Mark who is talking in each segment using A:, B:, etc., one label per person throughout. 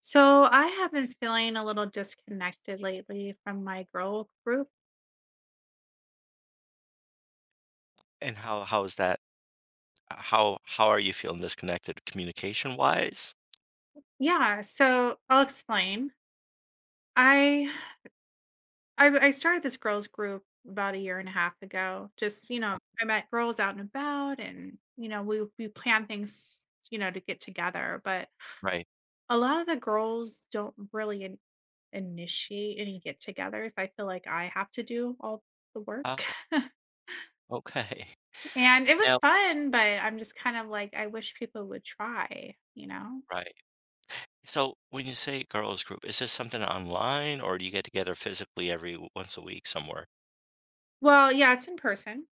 A: So I have been feeling a little disconnected lately from my girl group.
B: And how is that? How are you feeling disconnected communication-wise?
A: Yeah, so I'll explain. I I started this girls group about a year and a half ago. I met girls out and about, and we plan things to get together. But
B: Right.
A: a lot of the girls don't really initiate any get-togethers. I feel like I have to do all the work.
B: Oh, okay.
A: And it was
B: Now
A: fun, but I'm just kind of like, I wish people would try.
B: right. So, when you say girls group, is this something online, or do you get together physically every w once a week somewhere?
A: Well, yeah, it's in person.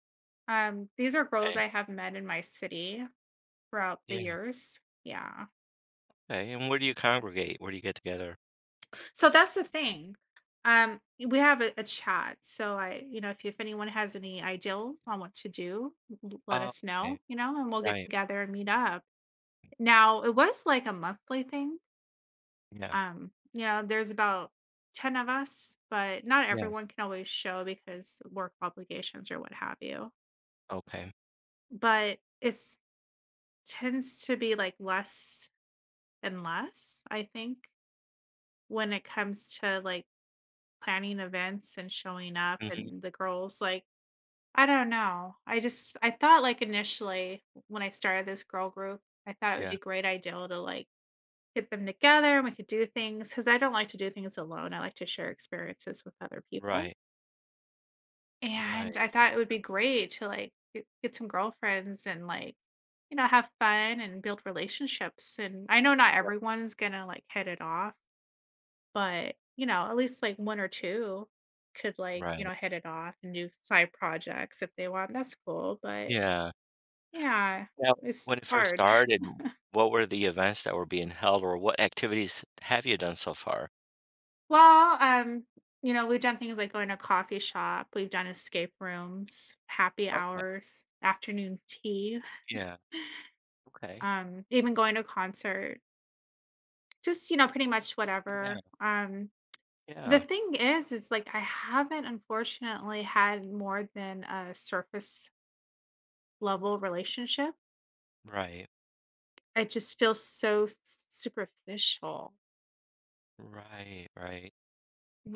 A: These are girls
B: Okay.
A: I have met in my city throughout the
B: Yeah.
A: years. Yeah.
B: Okay, and where do you congregate? Where do you get together?
A: So that's the thing. Um, we have a chat. So I, if anyone has any ideals on what to do, let
B: Oh,
A: us
B: okay.
A: know, and we'll get
B: Right.
A: together and meet up. Now, it was like a monthly thing.
B: Yeah.
A: You know, there's about 10 of us, but not
B: Yeah.
A: everyone can always show because work obligations or what have you.
B: Okay.
A: But it tends to be like less and less, I think, when it comes to like planning events and showing up
B: Mhm.
A: and the girls like I don't know. I thought like initially when I started this girl group, I thought it would
B: Yeah.
A: be a great idea to like get them together and we could do things because I don't like to do things alone. I like to share experiences with other people.
B: Right. Right.
A: And I thought it would be great to, like, get some girlfriends and, like, you know, have fun and build relationships, and I know not
B: Yeah.
A: everyone's gonna, like, hit it off, but, you know, at least, like, 1 or 2 could, like, you
B: Right.
A: know, hit it off and do side projects if they want, that's cool, but
B: Yeah.
A: yeah,
B: Now,
A: it's
B: when it first
A: hard.
B: started, what were the events that were being held, or what activities have you done so far?
A: Well, you know, we've done things like going to a coffee shop, we've done escape rooms, happy
B: Okay.
A: hours, afternoon tea,
B: Yeah. Okay.
A: even going to a concert. Just, you know, pretty much
B: Yeah.
A: whatever. The
B: Yeah.
A: thing is like I haven't unfortunately had more than a surface level relationship.
B: Right.
A: I just feel so superficial.
B: Right. Right.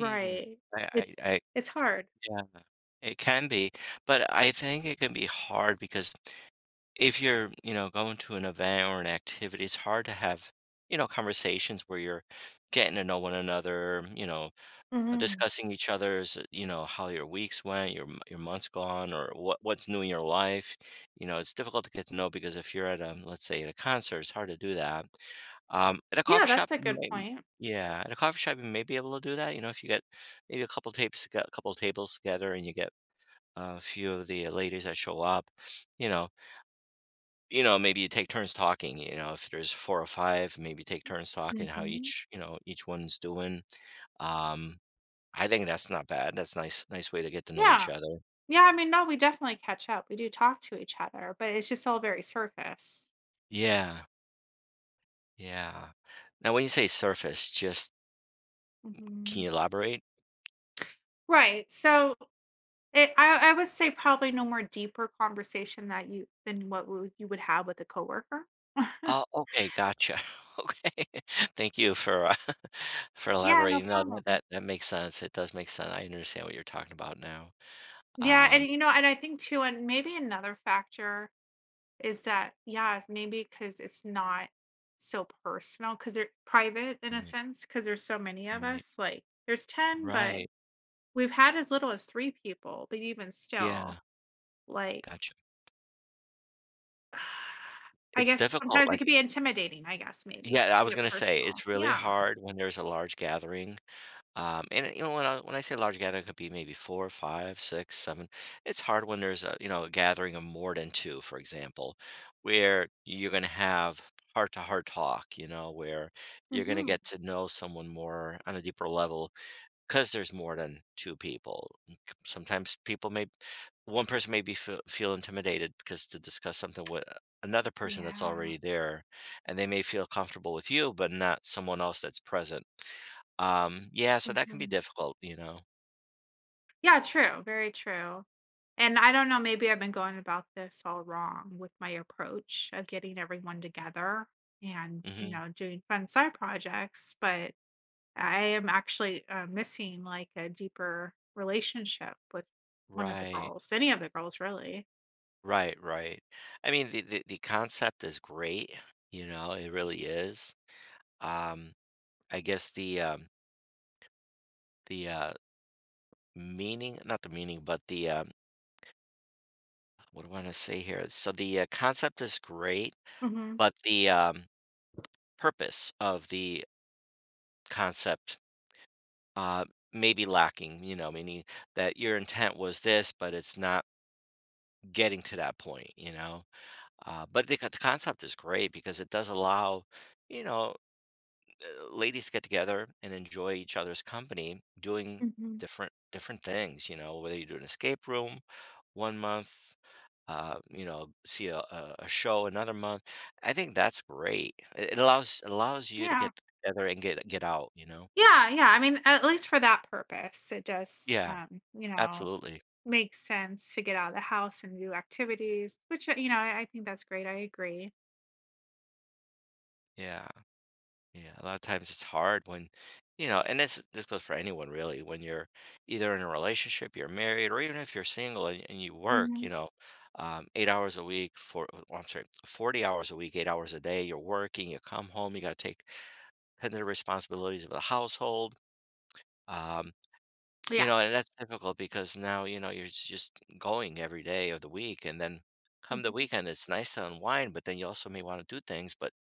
B: Hmm. I, I,
A: It's
B: I,
A: it's hard.
B: yeah. It can be, but I think it can be hard because if you're, you know, going to an event or an activity, it's hard to have, you know, conversations where you're getting to know one another, you know,
A: Mhm.
B: discussing each other's, you know, how your weeks went, your your month's gone, or what's new in your life. You know, it's difficult to get to know because if you're at a, let's say, at a concert, it's hard to do that. At a
A: Yeah,
B: coffee shop,
A: that's a
B: you
A: good
B: may
A: point.
B: yeah, at a coffee shop, you may be able to do that, you know, if you get maybe a couple tapes to get a couple tables together and you get a few of the ladies that show up, you know you know, maybe you take turns talking, you know, if there's 4 or 5, maybe take turns talking how
A: Hmm.
B: each one's doing. Um, I think that's not bad, that's nice way to get to know each
A: Yeah.
B: other.
A: Yeah. I mean, no, we definitely catch up. We do talk to each other, but it's just all very surface.
B: Yeah, yeah. Now when you say surface, just can
A: Mhm.
B: you elaborate?
A: Right. So It I would say probably no more deeper conversation that you than what would you would have with a coworker.
B: Oh, okay, gotcha. Okay. Thank you for for
A: Yeah, no
B: elaborating. No, that,
A: problem.
B: that that makes sense. It does make sense. I understand what you're talking about now.
A: Yeah, and,
B: Um,
A: you know, and I think too and maybe another factor is that yeah, it's maybe because it's not so personal because 'cause they're private in a
B: right,
A: sense because there's so many of
B: right,
A: us, like, there's 10, but
B: right.
A: we've had as little as 3 people, but even still,
B: Yeah,
A: like,
B: gotcha.
A: I
B: It's
A: guess
B: difficult.
A: sometimes it
B: Like,
A: could be intimidating, I guess, maybe,
B: yeah, I
A: to
B: was
A: get
B: gonna say
A: personal.
B: it's really
A: Yeah.
B: hard when there's a large gathering. And you know, when I say large gathering, it could be maybe four, five, six, seven. It's hard when there's a, you know, a gathering of more than two, for example, where you're going to have heart to heart talk. You know, where you're going to
A: Mhm.
B: get to know someone more on a deeper level, 'cause there's more than 2 people. N c Sometimes people may, one person may be feel intimidated because to discuss something with another person that's
A: Yeah,
B: already there, and they may feel comfortable with you, but not someone else that's present. Yeah, so that can be
A: mhm.
B: difficult, you know?
A: Yeah, true, very true. And I don't know, maybe I've been going about this all wrong with my approach of getting everyone together and, you
B: Mhm.
A: know, doing fun side projects, but I am actually, missing, like, a deeper relationship with one of the
B: Right.
A: girls, any of the girls really.
B: Right, right. I mean, the the concept is great, you know, it really is. Um, I guess the, meaning not the meaning, but the, What do I want to say here? So the concept is great,
A: Mhm,
B: but the purpose of the concept uh, may be lacking, you know, meaning that your intent was this, but it's not getting to that point, you know. But the concept is great because it does allow, you know, ladies get together and enjoy each other's company doing
A: mhm.
B: different things, you know, whether you do an escape room 1 month, you know, see a show another month. I think that's great. It allows you to get
A: Yeah.
B: together and get out, you know.
A: Yeah, yeah, I mean, at least for that purpose, it just,
B: Yeah, absolutely,
A: makes sense to get out of the house and do activities, which, you know, I think that's great. I agree.
B: yeah. Yeah, a lot of times it's hard when, you know, and this goes for anyone really. When you're either in a relationship, you're married, or even if you're single and, you work,
A: Hmm.
B: you know, 8 hours a week for, oh, I'm sorry, 40 hours a week, 8 hours a day. You're working, you come home, you got to take tend to the responsibilities of the household. Um, you
A: Yeah.
B: know, and that's difficult because now, you know, just going every day of the week, and then come the
A: Mhm.
B: weekend, it's nice to unwind, but then you also may want to do things, but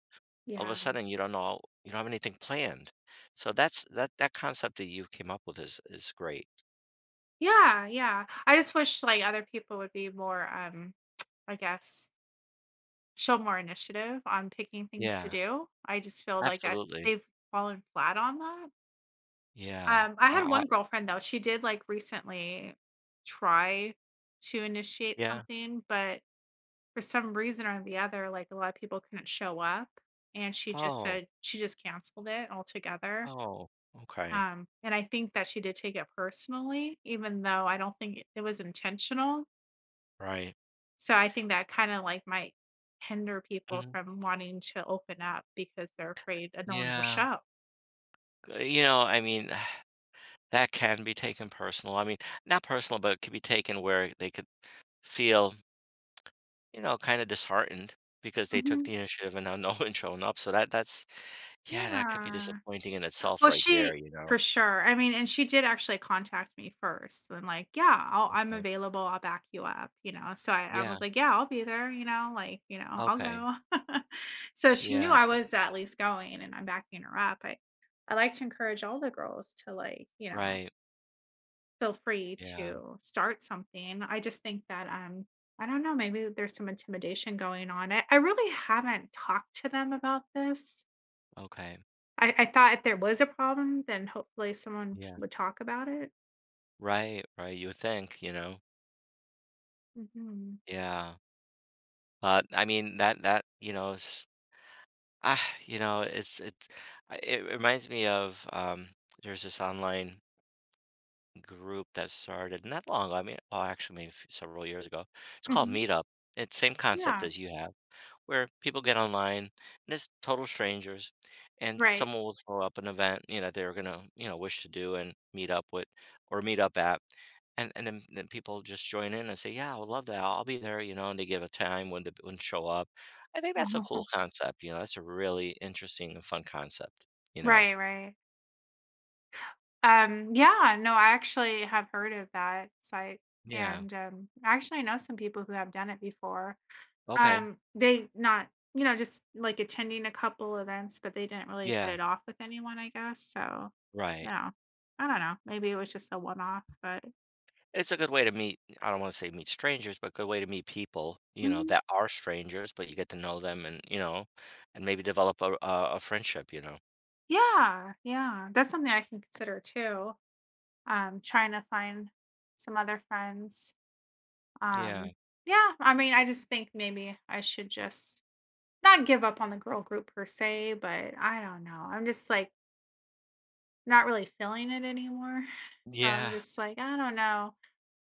B: all of a
A: Yeah.
B: sudden you don't have anything planned. So that's that concept that you came up with is great.
A: Yeah. Yeah. I just wish like other people would be more, I guess, show more initiative on picking things to
B: Yeah,
A: do. I just feel like that
B: absolutely.
A: they've fallen flat on that.
B: Yeah.
A: I had
B: I
A: one girlfriend though. She did like recently try to initiate
B: yeah.
A: something, but for some reason or the other, like, a lot of people couldn't show up, and she just
B: Oh,
A: said she just canceled it altogether,
B: oh, okay.
A: and I think that she did take it personally, even though I don't think it it was intentional,
B: Right.
A: so I think that kinda, like, might hinder people
B: Mhm.
A: from wanting to open up because they're afraid that no one will
B: Yeah.
A: show.
B: You know, I mean, that can be taken personal. I mean, not personal, but it could be taken where they could feel, you know, kind of disheartened because they took
A: Mhm.
B: the initiative and now no one's showing up. So that's yeah, that could be
A: Yeah.
B: disappointing in itself
A: Well,
B: right there,
A: she
B: you know.
A: for sure. I mean, and she did actually contact me first and like, "Yeah, I'm
B: Okay.
A: available. I'll back you up," you know? So I
B: Yeah.
A: was like, "Yeah, I'll be there," you know, like, you know, "I'll
B: Okay.
A: go." So she knew
B: Yeah,
A: I was at least going and I'm backing her up. I like to encourage all the girls to like, you know,
B: right.
A: feel free
B: Yeah,
A: to start something. I just think that, I don't know, maybe there's some intimidation going on. I really haven't talked to them about this.
B: okay.
A: I thought if there was a problem, then hopefully someone
B: Yeah.
A: would talk about it.
B: Right, right, you would think, you know?
A: Mhm.
B: Yeah. I mean, you know, ah, you know, it's I it reminds me of, there's this online group that started not long ago, I mean, oh, actually, maybe f several years ago. It's called
A: Mhm.
B: Meetup. It's same concept
A: Yeah.
B: as you have, where people get online and it's total strangers and
A: Right.
B: someone will throw up an event, you know, they're gonna, you know, wish to do and meet up with or meet up at. And then people just join in and say, yeah, I would love that. I'll be there, you know, and they give a time when to show up. I think that's a cool
A: Uh-huh.
B: concept, you know, that's a really interesting and fun concept, you know.
A: Right, right. Yeah, no, I actually have heard of that site,
B: Yeah.
A: and, I actually know some people who have done it before.
B: Okay.
A: They not you know, just, like, attending a couple events, but they didn't really hit
B: Yeah.
A: it off with anyone, I guess, so,
B: Right.
A: no, I don't know, maybe it was just a one-off, but
B: It's a good way to meet, I don't wanna say meet strangers, but good way to meet people, you know,
A: mhm.
B: that are strangers, but you get to know them and, you know, and maybe develop a friendship, you know?
A: Yeah, yeah, that's something I can consider too. Trying to find some other friends.
B: Yeah.
A: Um, yeah, I mean, I just think maybe I should just not give up on the girl group per se, but I don't know. I'm just like not really feeling it anymore. So I'm
B: Yeah.
A: just like, I don't know.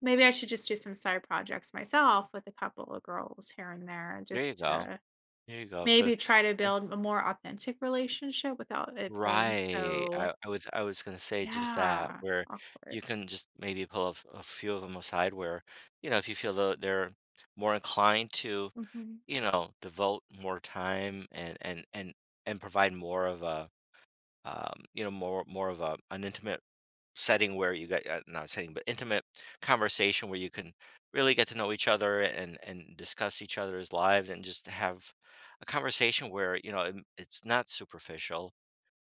A: Maybe I should just do some side projects myself with a couple of girls here and there just
B: There you go.
A: to
B: There you go for
A: maybe try to
B: and
A: build a more authentic relationship without it feeling
B: Right.
A: so,
B: I was gonna say just that,
A: yeah,
B: where
A: awkward.
B: you can just maybe pull a few of them aside where, you know, if you feel tho they're more inclined to,
A: Hmm.
B: you know, devote more time and provide more of a, you know, more of a an intimate setting where you get not setting but intimate conversation where you can really get to know each other and discuss each other's lives and just have a conversation where, you know, it's not superficial,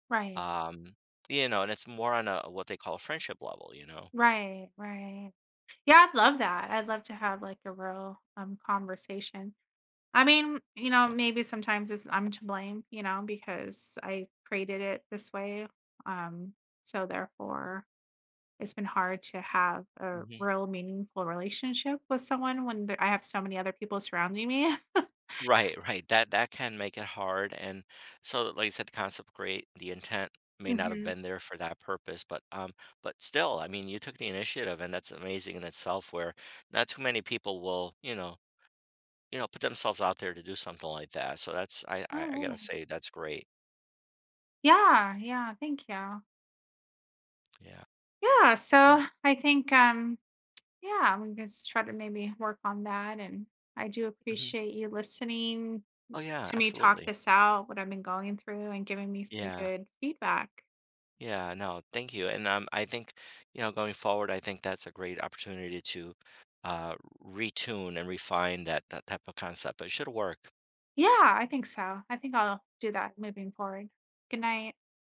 A: Right,
B: um you know, and it's more on a what they call friendship level, you know.
A: right, right. Yeah, I'd love that. I'd love to have like a real conversation. I mean, you know,
B: Uh,
A: maybe sometimes it's I'm to blame, you know, because I created it this way. Um, so therefore it's been hard to have a
B: mhm.
A: real meaningful relationship with someone when there, I have so many other people surrounding me.
B: Right, right, that that can make it hard, and so like I said, the concept great, the intent may not have
A: Hmm.
B: been there for that purpose, but still, I mean, you took the initiative and that's amazing in itself, where not too many people will, you know, you know, put themselves out there to do something like that, so that's I I
A: Oh,
B: I gotta
A: really?
B: say that's great.
A: Yeah, yeah, thank you.
B: Yeah.
A: Yeah, so I think yeah, I'm gonna try to maybe work on that and I do
B: Mhm.
A: appreciate you listening
B: Oh, yeah,
A: to me talk
B: absolutely.
A: this out, what I've been going through and giving me some
B: Yeah.
A: good feedback.
B: Yeah, no, thank you, and, I think, you know, going forward, I think that's a great opportunity to, uh, retune and refine that type of concept, it should work.
A: Yeah, I think so. I think I'll do that moving forward. Good night.